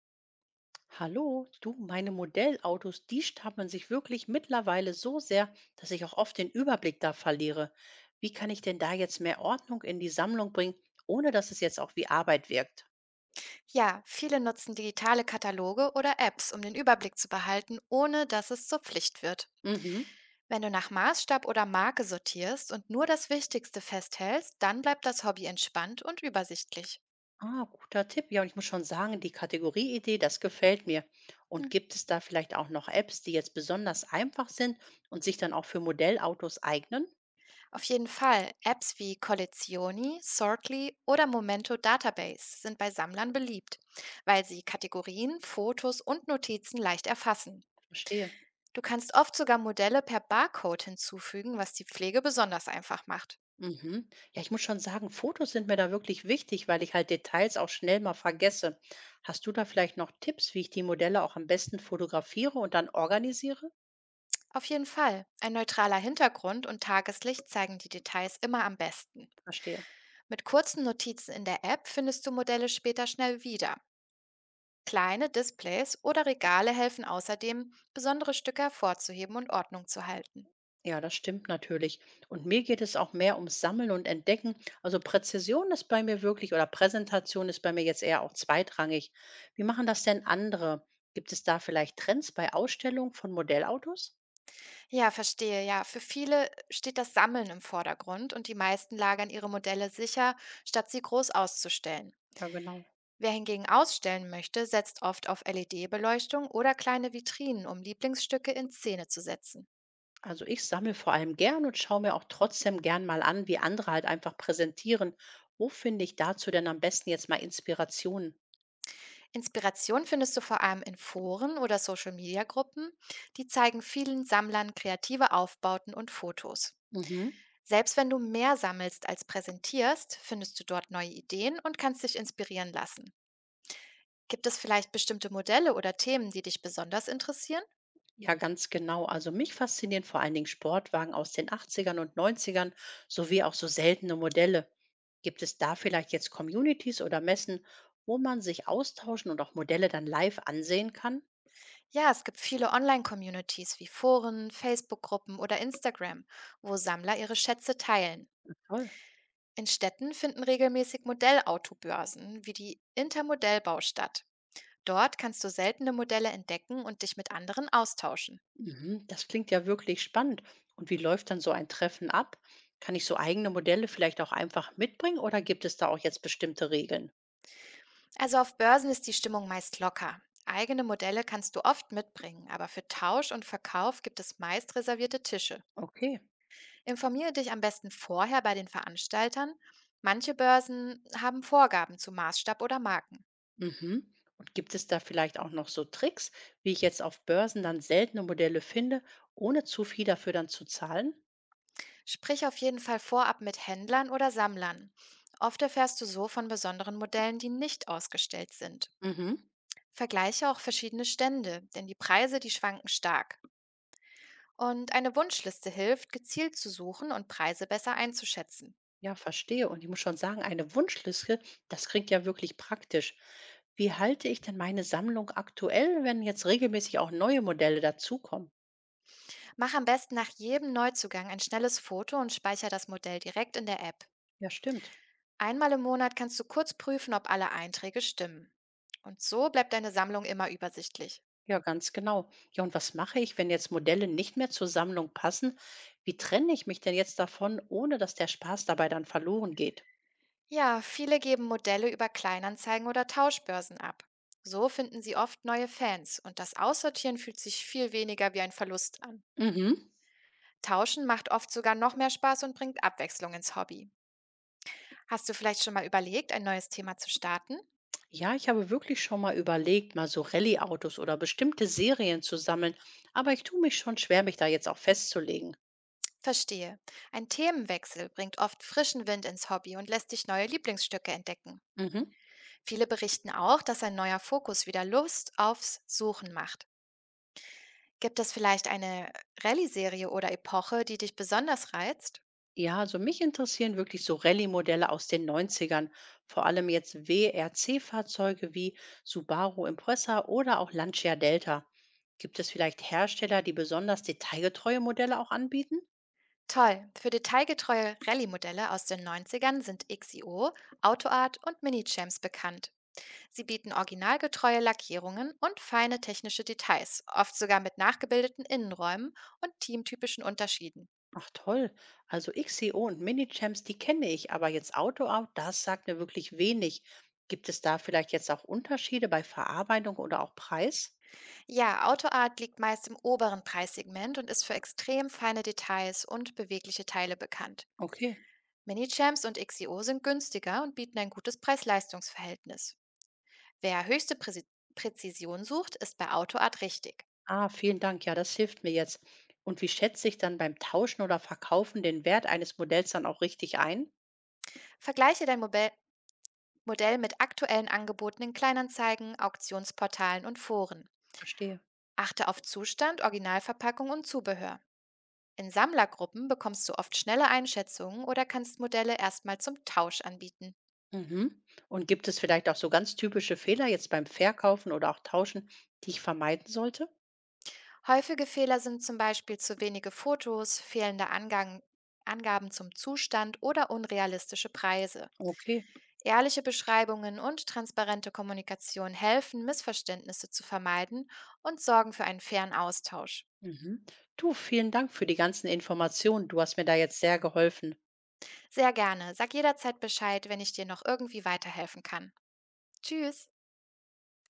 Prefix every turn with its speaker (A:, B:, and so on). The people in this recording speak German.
A: Hallo, du, meine Modellautos, die stapeln sich wirklich mittlerweile so sehr, dass ich auch oft den Überblick da verliere. Wie kann ich denn da jetzt mehr Ordnung in die Sammlung bringen, ohne dass es jetzt auch wie Arbeit wirkt?
B: Ja, viele nutzen digitale Kataloge oder Apps, um den Überblick zu behalten, ohne dass es zur Pflicht wird.
A: Mhm.
B: Wenn du nach Maßstab oder Marke sortierst und nur das Wichtigste festhältst, dann bleibt das Hobby entspannt und übersichtlich.
A: Ah, guter Tipp. Ja, und ich muss schon sagen, die Kategorieidee, das gefällt mir. Und
B: Mhm.
A: gibt es da vielleicht auch noch Apps, die jetzt besonders einfach sind und sich dann auch für Modellautos eignen?
B: Auf jeden Fall, Apps wie Collezioni, Sortly oder Momento Database sind bei Sammlern beliebt, weil sie Kategorien, Fotos und Notizen leicht erfassen.
A: Verstehe.
B: Du kannst oft sogar Modelle per Barcode hinzufügen, was die Pflege besonders einfach macht.
A: Mhm. Ja, ich muss schon sagen, Fotos sind mir da wirklich wichtig, weil ich halt Details auch schnell mal vergesse. Hast du da vielleicht noch Tipps, wie ich die Modelle auch am besten fotografiere und dann organisiere?
B: Auf jeden Fall. Ein neutraler Hintergrund und Tageslicht zeigen die Details immer am besten.
A: Verstehe.
B: Mit kurzen Notizen in der App findest du Modelle später schnell wieder. Kleine Displays oder Regale helfen außerdem, besondere Stücke hervorzuheben und Ordnung zu halten.
A: Ja, das stimmt natürlich. Und mir geht es auch mehr ums Sammeln und Entdecken. Also Präzision ist bei mir wirklich oder Präsentation ist bei mir jetzt eher auch zweitrangig. Wie machen das denn andere? Gibt es da vielleicht Trends bei Ausstellungen von Modellautos?
B: Ja, verstehe, ja. Für viele steht das Sammeln im Vordergrund und die meisten lagern ihre Modelle sicher, statt sie groß auszustellen.
A: Ja, genau.
B: Wer hingegen ausstellen möchte, setzt oft auf LED-Beleuchtung oder kleine Vitrinen, um Lieblingsstücke in Szene zu setzen.
A: Also ich sammle vor allem gern und schaue mir auch trotzdem gern mal an, wie andere halt einfach präsentieren. Wo finde ich dazu denn am besten jetzt mal Inspirationen?
B: Inspiration findest du vor allem in Foren oder Social-Media-Gruppen, die zeigen vielen Sammlern kreative Aufbauten und Fotos.
A: Mhm.
B: Selbst wenn du mehr sammelst als präsentierst, findest du dort neue Ideen und kannst dich inspirieren lassen. Gibt es vielleicht bestimmte Modelle oder Themen, die dich besonders interessieren?
A: Ja, ganz genau. Also mich faszinieren vor allen Dingen Sportwagen aus den Achtzigern und Neunzigern, sowie auch so seltene Modelle. Gibt es da vielleicht jetzt Communities oder Messen, wo man sich austauschen und auch Modelle dann live ansehen kann?
B: Ja, es gibt viele Online-Communities wie Foren, Facebook-Gruppen oder Instagram, wo Sammler ihre Schätze teilen.
A: Toll.
B: In Städten finden regelmäßig Modellautobörsen wie die Intermodellbau statt. Dort kannst du seltene Modelle entdecken und dich mit anderen austauschen.
A: Mhm. Das klingt ja wirklich spannend. Und wie läuft dann so ein Treffen ab? Kann ich so eigene Modelle vielleicht auch einfach mitbringen oder gibt es da auch jetzt bestimmte Regeln?
B: Also auf Börsen ist die Stimmung meist locker. Eigene Modelle kannst du oft mitbringen, aber für Tausch und Verkauf gibt es meist reservierte Tische.
A: Okay.
B: Informiere dich am besten vorher bei den Veranstaltern. Manche Börsen haben Vorgaben zu Maßstab oder Marken.
A: Mhm. Und gibt es da vielleicht auch noch so Tricks, wie ich jetzt auf Börsen dann seltene Modelle finde, ohne zu viel dafür dann zu zahlen?
B: Sprich auf jeden Fall vorab mit Händlern oder Sammlern. Oft erfährst du so von besonderen Modellen, die nicht ausgestellt sind.
A: Mhm.
B: Vergleiche auch verschiedene Stände, denn die Preise, die schwanken stark. Und eine Wunschliste hilft, gezielt zu suchen und Preise besser einzuschätzen.
A: Ja, verstehe. Und ich muss schon sagen, eine Wunschliste, das klingt ja wirklich praktisch. Wie halte ich denn meine Sammlung aktuell, wenn jetzt regelmäßig auch neue Modelle dazukommen?
B: Mach am besten nach jedem Neuzugang ein schnelles Foto und speicher das Modell direkt in der App.
A: Ja, stimmt.
B: Einmal im Monat kannst du kurz prüfen, ob alle Einträge stimmen. Und so bleibt deine Sammlung immer übersichtlich.
A: Ja, ganz genau. Ja, und was mache ich, wenn jetzt Modelle nicht mehr zur Sammlung passen? Wie trenne ich mich denn jetzt davon, ohne dass der Spaß dabei dann verloren geht?
B: Ja, viele geben Modelle über Kleinanzeigen oder Tauschbörsen ab. So finden sie oft neue Fans und das Aussortieren fühlt sich viel weniger wie ein Verlust an.
A: Mhm.
B: Tauschen macht oft sogar noch mehr Spaß und bringt Abwechslung ins Hobby. Hast du vielleicht schon mal überlegt, ein neues Thema zu starten?
A: Ja, ich habe wirklich schon mal überlegt, mal so Rallye-Autos oder bestimmte Serien zu sammeln, aber ich tue mich schon schwer, mich da jetzt auch festzulegen.
B: Verstehe. Ein Themenwechsel bringt oft frischen Wind ins Hobby und lässt dich neue Lieblingsstücke entdecken.
A: Mhm.
B: Viele berichten auch, dass ein neuer Fokus wieder Lust aufs Suchen macht. Gibt es vielleicht eine Rallye-Serie oder Epoche, die dich besonders reizt?
A: Ja, also mich interessieren wirklich so Rallye-Modelle aus den Neunzigern, vor allem jetzt WRC-Fahrzeuge wie Subaru Impreza oder auch Lancia Delta. Gibt es vielleicht Hersteller, die besonders detailgetreue Modelle auch anbieten?
B: Toll! Für detailgetreue Rallye-Modelle aus den Neunzigern sind XIO, AutoArt und Mini-Champs bekannt. Sie bieten originalgetreue Lackierungen und feine technische Details, oft sogar mit nachgebildeten Innenräumen und teamtypischen Unterschieden.
A: Ach toll, also XCO und Mini-Champs, die kenne ich, aber jetzt AutoAut, das sagt mir wirklich wenig. Gibt es da vielleicht jetzt auch Unterschiede bei Verarbeitung oder auch Preis?
B: Ja, AutoArt liegt meist im oberen Preissegment und ist für extrem feine Details und bewegliche Teile bekannt.
A: Okay.
B: Mini-Champs und XIO sind günstiger und bieten ein gutes Preis-Leistungs-Verhältnis. Wer höchste Präzision sucht, ist bei AutoArt richtig.
A: Ah, vielen Dank. Ja, das hilft mir jetzt. Und wie schätze ich dann beim Tauschen oder Verkaufen den Wert eines Modells dann auch richtig ein?
B: Vergleiche dein Modell mit aktuellen Angeboten in Kleinanzeigen, Auktionsportalen und Foren.
A: Verstehe.
B: Achte auf Zustand, Originalverpackung und Zubehör. In Sammlergruppen bekommst du oft schnelle Einschätzungen oder kannst Modelle erstmal zum Tausch anbieten.
A: Mhm. Und gibt es vielleicht auch so ganz typische Fehler jetzt beim Verkaufen oder auch Tauschen, die ich vermeiden sollte?
B: Häufige Fehler sind zum Beispiel zu wenige Fotos, fehlende Angang Angaben zum Zustand oder unrealistische Preise.
A: Okay.
B: Ehrliche Beschreibungen und transparente Kommunikation helfen, Missverständnisse zu vermeiden und sorgen für einen fairen Austausch.
A: Mhm. Du, vielen Dank für die ganzen Informationen. Du hast mir da jetzt sehr geholfen.
B: Sehr gerne. Sag jederzeit Bescheid, wenn ich dir noch irgendwie weiterhelfen kann. Tschüss.